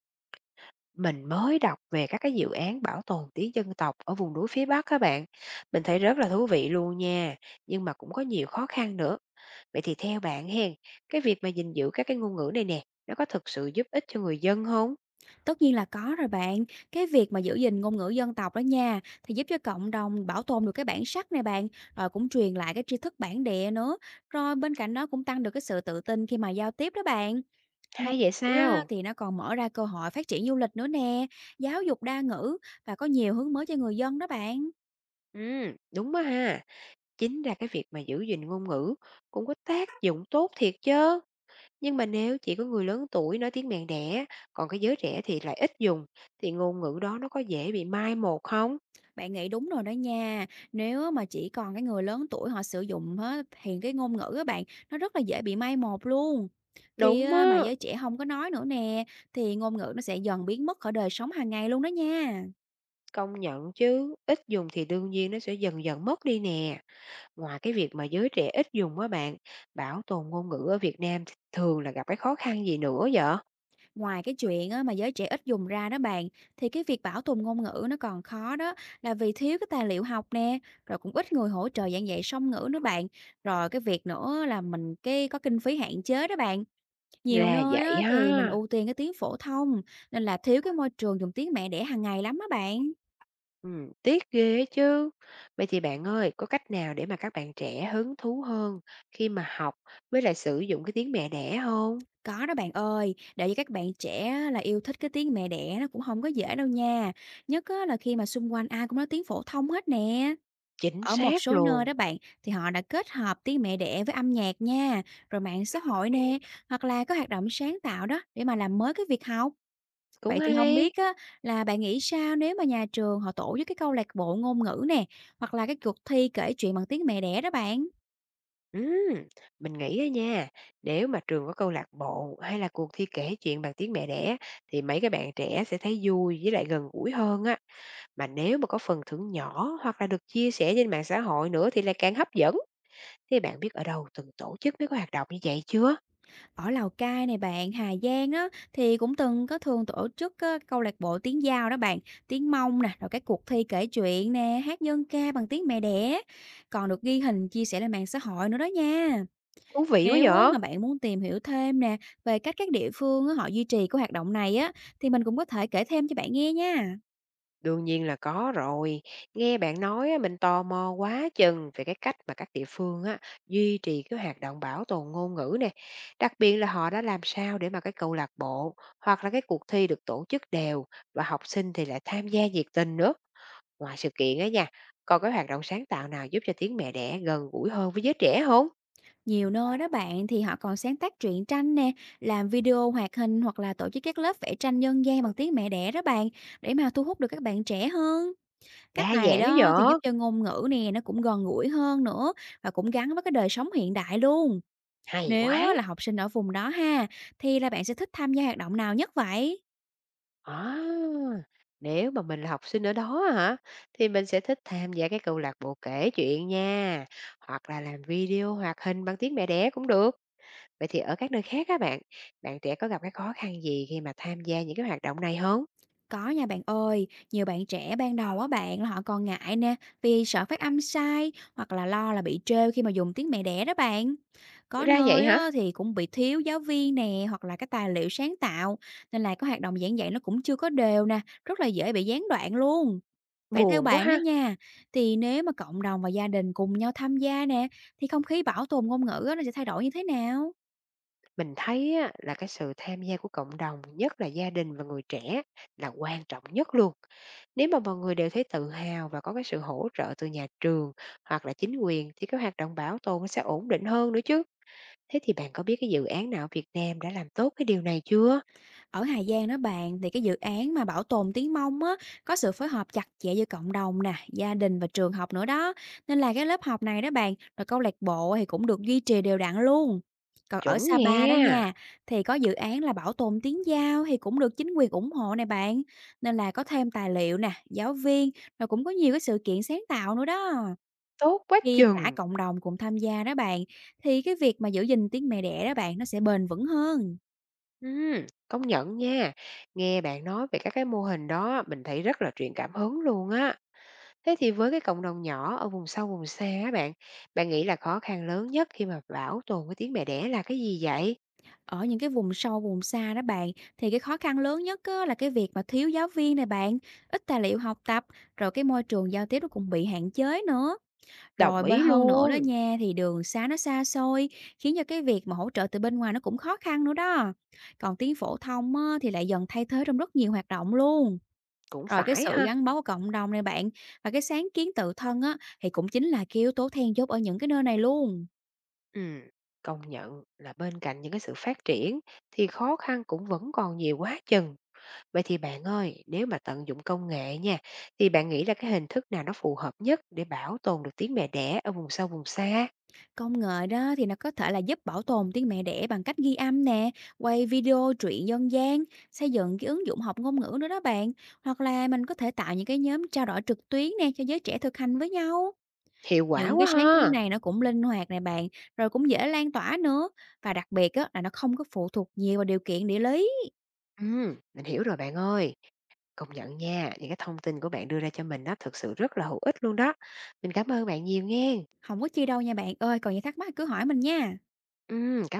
Mình mới đọc về các cái dự án bảo tồn tiếng dân tộc ở vùng núi phía Bắc các bạn. Mình thấy rất là thú vị luôn nha, nhưng mà cũng có nhiều khó khăn nữa. Vậy thì theo bạn hen, cái việc mà gìn giữ các cái ngôn ngữ này nè, nó có thực sự giúp ích cho người dân không? Tất nhiên là có rồi bạn. Cái việc mà giữ gìn ngôn ngữ dân tộc đó nha, thì giúp cho cộng đồng bảo tồn được cái bản sắc này bạn, rồi cũng truyền lại cái tri thức bản địa nữa. Rồi bên cạnh đó cũng tăng được cái sự tự tin khi mà giao tiếp đó bạn. Ngôn Hay vậy ngữ á, sao? thì nó còn mở ra cơ hội phát triển du lịch nữa nè, giáo dục đa ngữ và có nhiều hướng mới cho người dân đó bạn. Ừ, đúng đó ha. Chính ra cái việc mà giữ gìn ngôn ngữ cũng có tác dụng tốt thiệt chứ. Nhưng mà nếu chỉ có người lớn tuổi nói tiếng mẹ đẻ, còn cái giới trẻ thì lại ít dùng, thì ngôn ngữ đó nó có dễ bị mai một không? Bạn nghĩ đúng rồi đó nha. Nếu á mà chỉ còn cái người lớn tuổi họ sử dụng á, thì cái ngôn ngữ á bạn, nó rất là dễ bị mai một luôn. Khi Đúng á mà á. giới trẻ không có nói nữa nè, thì ngôn ngữ nó sẽ dần biến mất khỏi đời sống hàng ngày luôn đó nha. Công nhận chứ, ít dùng thì đương nhiên nó sẽ dần dần mất đi nè. Ngoài cái việc mà giới trẻ ít dùng á bạn, bảo tồn ngôn ngữ ở Việt Nam thì thường là gặp cái khó khăn gì nữa vậy? Ngoài cái chuyện á mà giới trẻ ít dùng ra đó bạn, thì cái việc bảo tồn ngôn ngữ nó còn khó đó, là vì thiếu cái tài liệu học nè, rồi cũng ít người hỗ trợ giảng dạy song ngữ nữa bạn. Rồi cái việc nữa là mình cái có kinh phí hạn chế đó bạn. Nhiều Ra nơi vậy á, thì mình ha. ưu tiên cái tiếng phổ thông, nên là thiếu cái môi trường dùng tiếng mẹ đẻ hàng ngày lắm á bạn. Ừ, tiếc ghê á chứ. Vậy thì bạn ơi, có cách nào để mà các bạn trẻ hứng thú hơn khi mà học với lại sử dụng cái tiếng mẹ đẻ không? Có đó bạn ơi, để cho các bạn trẻ á, là yêu thích cái tiếng mẹ đẻ nó cũng không có dễ đâu nha, nhất á, là khi mà xung quanh ai cũng nói tiếng phổ thông hết nè. Chính Ở một xác số nơi luôn. đó bạn, thì họ đã kết hợp tiếng mẹ đẻ với âm nhạc nha, rồi mạng xã hội nè, hoặc là có hoạt động sáng tạo đó để mà làm mới cái việc học. Cũng Vậy thì không hay. biết á, là bạn nghĩ sao nếu mà nhà trường họ tổ chức cái câu lạc bộ ngôn ngữ nè, hoặc là cái cuộc thi kể chuyện bằng tiếng mẹ đẻ đó bạn? Ừm, mình nghĩ á nha, nếu mà trường có câu lạc bộ hay là cuộc thi kể chuyện bằng tiếng mẹ đẻ thì mấy cái bạn trẻ sẽ thấy vui với lại gần gũi hơn á. Mà nếu mà có phần thưởng nhỏ hoặc là được chia sẻ trên mạng xã hội nữa thì lại càng hấp dẫn. Thì bạn biết ở đâu từng tổ chức mấy cái hoạt động như vậy chưa? Ở Lào Cai này bạn, Hà Giang á, thì cũng từng có thường tổ chức á câu lạc bộ tiếng Dao đó bạn, tiếng Mông nè, rồi cái cuộc thi kể chuyện nè, hát dân ca bằng tiếng mẹ đẻ, còn được ghi hình chia sẻ lên mạng xã hội nữa đó nha. Thú vị quá Nếu á vậy. mà bạn muốn tìm hiểu thêm nè, về cách các địa phương á họ duy trì cái hoạt động này á, thì mình cũng có thể kể thêm cho bạn nghe nha. Đương nhiên là có rồi. Nghe bạn nói á, mình tò mò quá chừng về cái cách mà các địa phương á, duy trì cái hoạt động bảo tồn ngôn ngữ nè. Đặc biệt là họ đã làm sao để mà cái câu lạc bộ hoặc là cái cuộc thi được tổ chức đều và học sinh thì lại tham gia nhiệt tình nữa. Ngoài sự kiện á nha, còn cái hoạt động sáng tạo nào giúp cho tiếng mẹ đẻ gần gũi hơn với giới trẻ không? Nhiều nơi đó bạn thì họ còn sáng tác truyện tranh nè, làm video hoạt hình hoặc là tổ chức các lớp vẽ tranh dân gian bằng tiếng mẹ đẻ đó bạn, để mà thu hút được các bạn trẻ hơn. Cách Đa này dạng đó đó thì giúp vợ. cho ngôn ngữ nè nó cũng gần gũi hơn nữa và cũng gắn với cái đời sống hiện đại luôn. Hay Nếu quá. á, là học sinh ở vùng đó ha, thì là bạn sẽ thích tham gia hoạt động nào nhất vậy? À, nếu mà mình là học sinh ở đó hả, thì mình sẽ thích tham gia cái câu lạc bộ kể chuyện nha, hoặc là làm video hoạt hình bằng tiếng mẹ đẻ cũng được. Vậy thì ở các nơi khác các bạn, bạn trẻ có gặp cái khó khăn gì khi mà tham gia những cái hoạt động này hông? Có nha bạn ơi, nhiều bạn trẻ ban đầu á bạn là họ còn ngại nè, vì sợ phát âm sai hoặc là lo là bị trêu khi mà dùng tiếng mẹ đẻ đó bạn. Có Ra vậy nơi hả? á, thì cũng bị thiếu giáo viên nè hoặc là cái tài liệu sáng tạo, nên là cái hoạt động giảng dạy nó cũng chưa có đều nè, rất là dễ bị gián đoạn luôn. Vậy theo Buồn quá bạn đó ha. nha, thì nếu mà cộng đồng và gia đình cùng nhau tham gia nè, thì không khí bảo tồn ngôn ngữ á, nó sẽ thay đổi như thế nào? Mình thấy á, là cái sự tham gia của cộng đồng, nhất là gia đình và người trẻ là quan trọng nhất luôn. Nếu mà mọi người đều thấy tự hào và có cái sự hỗ trợ từ nhà trường hoặc là chính quyền thì cái hoạt động bảo tồn nó sẽ ổn định hơn nữa chứ. Thế thì bạn có biết cái dự án nào ở Việt Nam đã làm tốt cái điều này chưa? Ở Hà Giang đó bạn, thì cái dự án mà bảo tồn tiếng Mông á, có sự phối hợp chặt chẽ giữa cộng đồng nè, gia đình và trường học nữa đó. Nên là cái lớp học này đó bạn, rồi câu lạc bộ thì cũng được duy trì đều đặn luôn. Còn ở Chuẩn Sapa đó nghe, nha, thì có dự án là bảo tồn tiếng Dao thì cũng được chính quyền ủng hộ này bạn. Nên là có thêm tài liệu nè, giáo viên, rồi cũng có nhiều cái sự kiện sáng tạo nữa đó. tốt quá Khi cả chừng. cộng đồng cùng tham gia đó bạn, thì cái việc mà giữ gìn tiếng mẹ đẻ đó bạn, nó sẽ bền vững hơn. Công nhận nha. Nghe bạn nói về các cái mô hình đó mình thấy rất là truyền cảm hứng luôn á. Thế thì với cái cộng đồng nhỏ ở vùng sâu vùng xa á bạn, bạn nghĩ là khó khăn lớn nhất khi mà bảo tồn cái tiếng mẹ đẻ là cái gì vậy? Ở những cái vùng sâu, vùng xa đó bạn, thì cái khó khăn lớn nhất á, là cái việc mà thiếu giáo viên này bạn, ít tài liệu học tập, rồi cái môi trường giao tiếp nó cũng bị hạn chế nữa. Rồi Đồng bơi ý hơn nữa đó luôn, nha, thì đường xá nó xa xôi, khiến cho cái việc mà hỗ trợ từ bên ngoài nó cũng khó khăn nữa đó. Còn tiếng phổ thông á, thì lại dần thay thế trong rất nhiều hoạt động luôn. cũng Rồi cái phải sự ha. gắn bó của cộng đồng này bạn, và cái sáng kiến tự thân á, thì cũng chính là cái yếu tố then chốt ở những cái nơi này luôn. Ừm, công nhận là bên cạnh những cái sự phát triển thì khó khăn cũng vẫn còn nhiều quá chừng. Vậy thì bạn ơi, nếu mà tận dụng công nghệ nha, thì bạn nghĩ là cái hình thức nào nó phù hợp nhất để bảo tồn được tiếng mẹ đẻ ở vùng sâu vùng xa? Công nghệ đó thì nó có thể là giúp bảo tồn tiếng mẹ đẻ bằng cách ghi âm nè, quay video truyện dân gian, xây dựng cái ứng dụng học ngôn ngữ nữa đó bạn. Hoặc là mình có thể tạo những cái nhóm trao đổi trực tuyến nè cho giới trẻ thực hành với nhau. Hiệu quả Những cái quá sáng kiến ha. này nó cũng linh hoạt nè bạn, rồi cũng dễ lan tỏa nữa. Và đặc biệt á, là nó không có phụ thuộc nhiều vào điều kiện địa lý. Mình hiểu rồi bạn ơi. Công nhận nha, những cái thông tin của bạn đưa ra cho mình đó thực sự rất là hữu ích luôn đó. Mình cảm ơn bạn nhiều nghe. Không có chi đâu nha bạn ơi, còn gì thắc mắc cứ hỏi mình nha. Cảm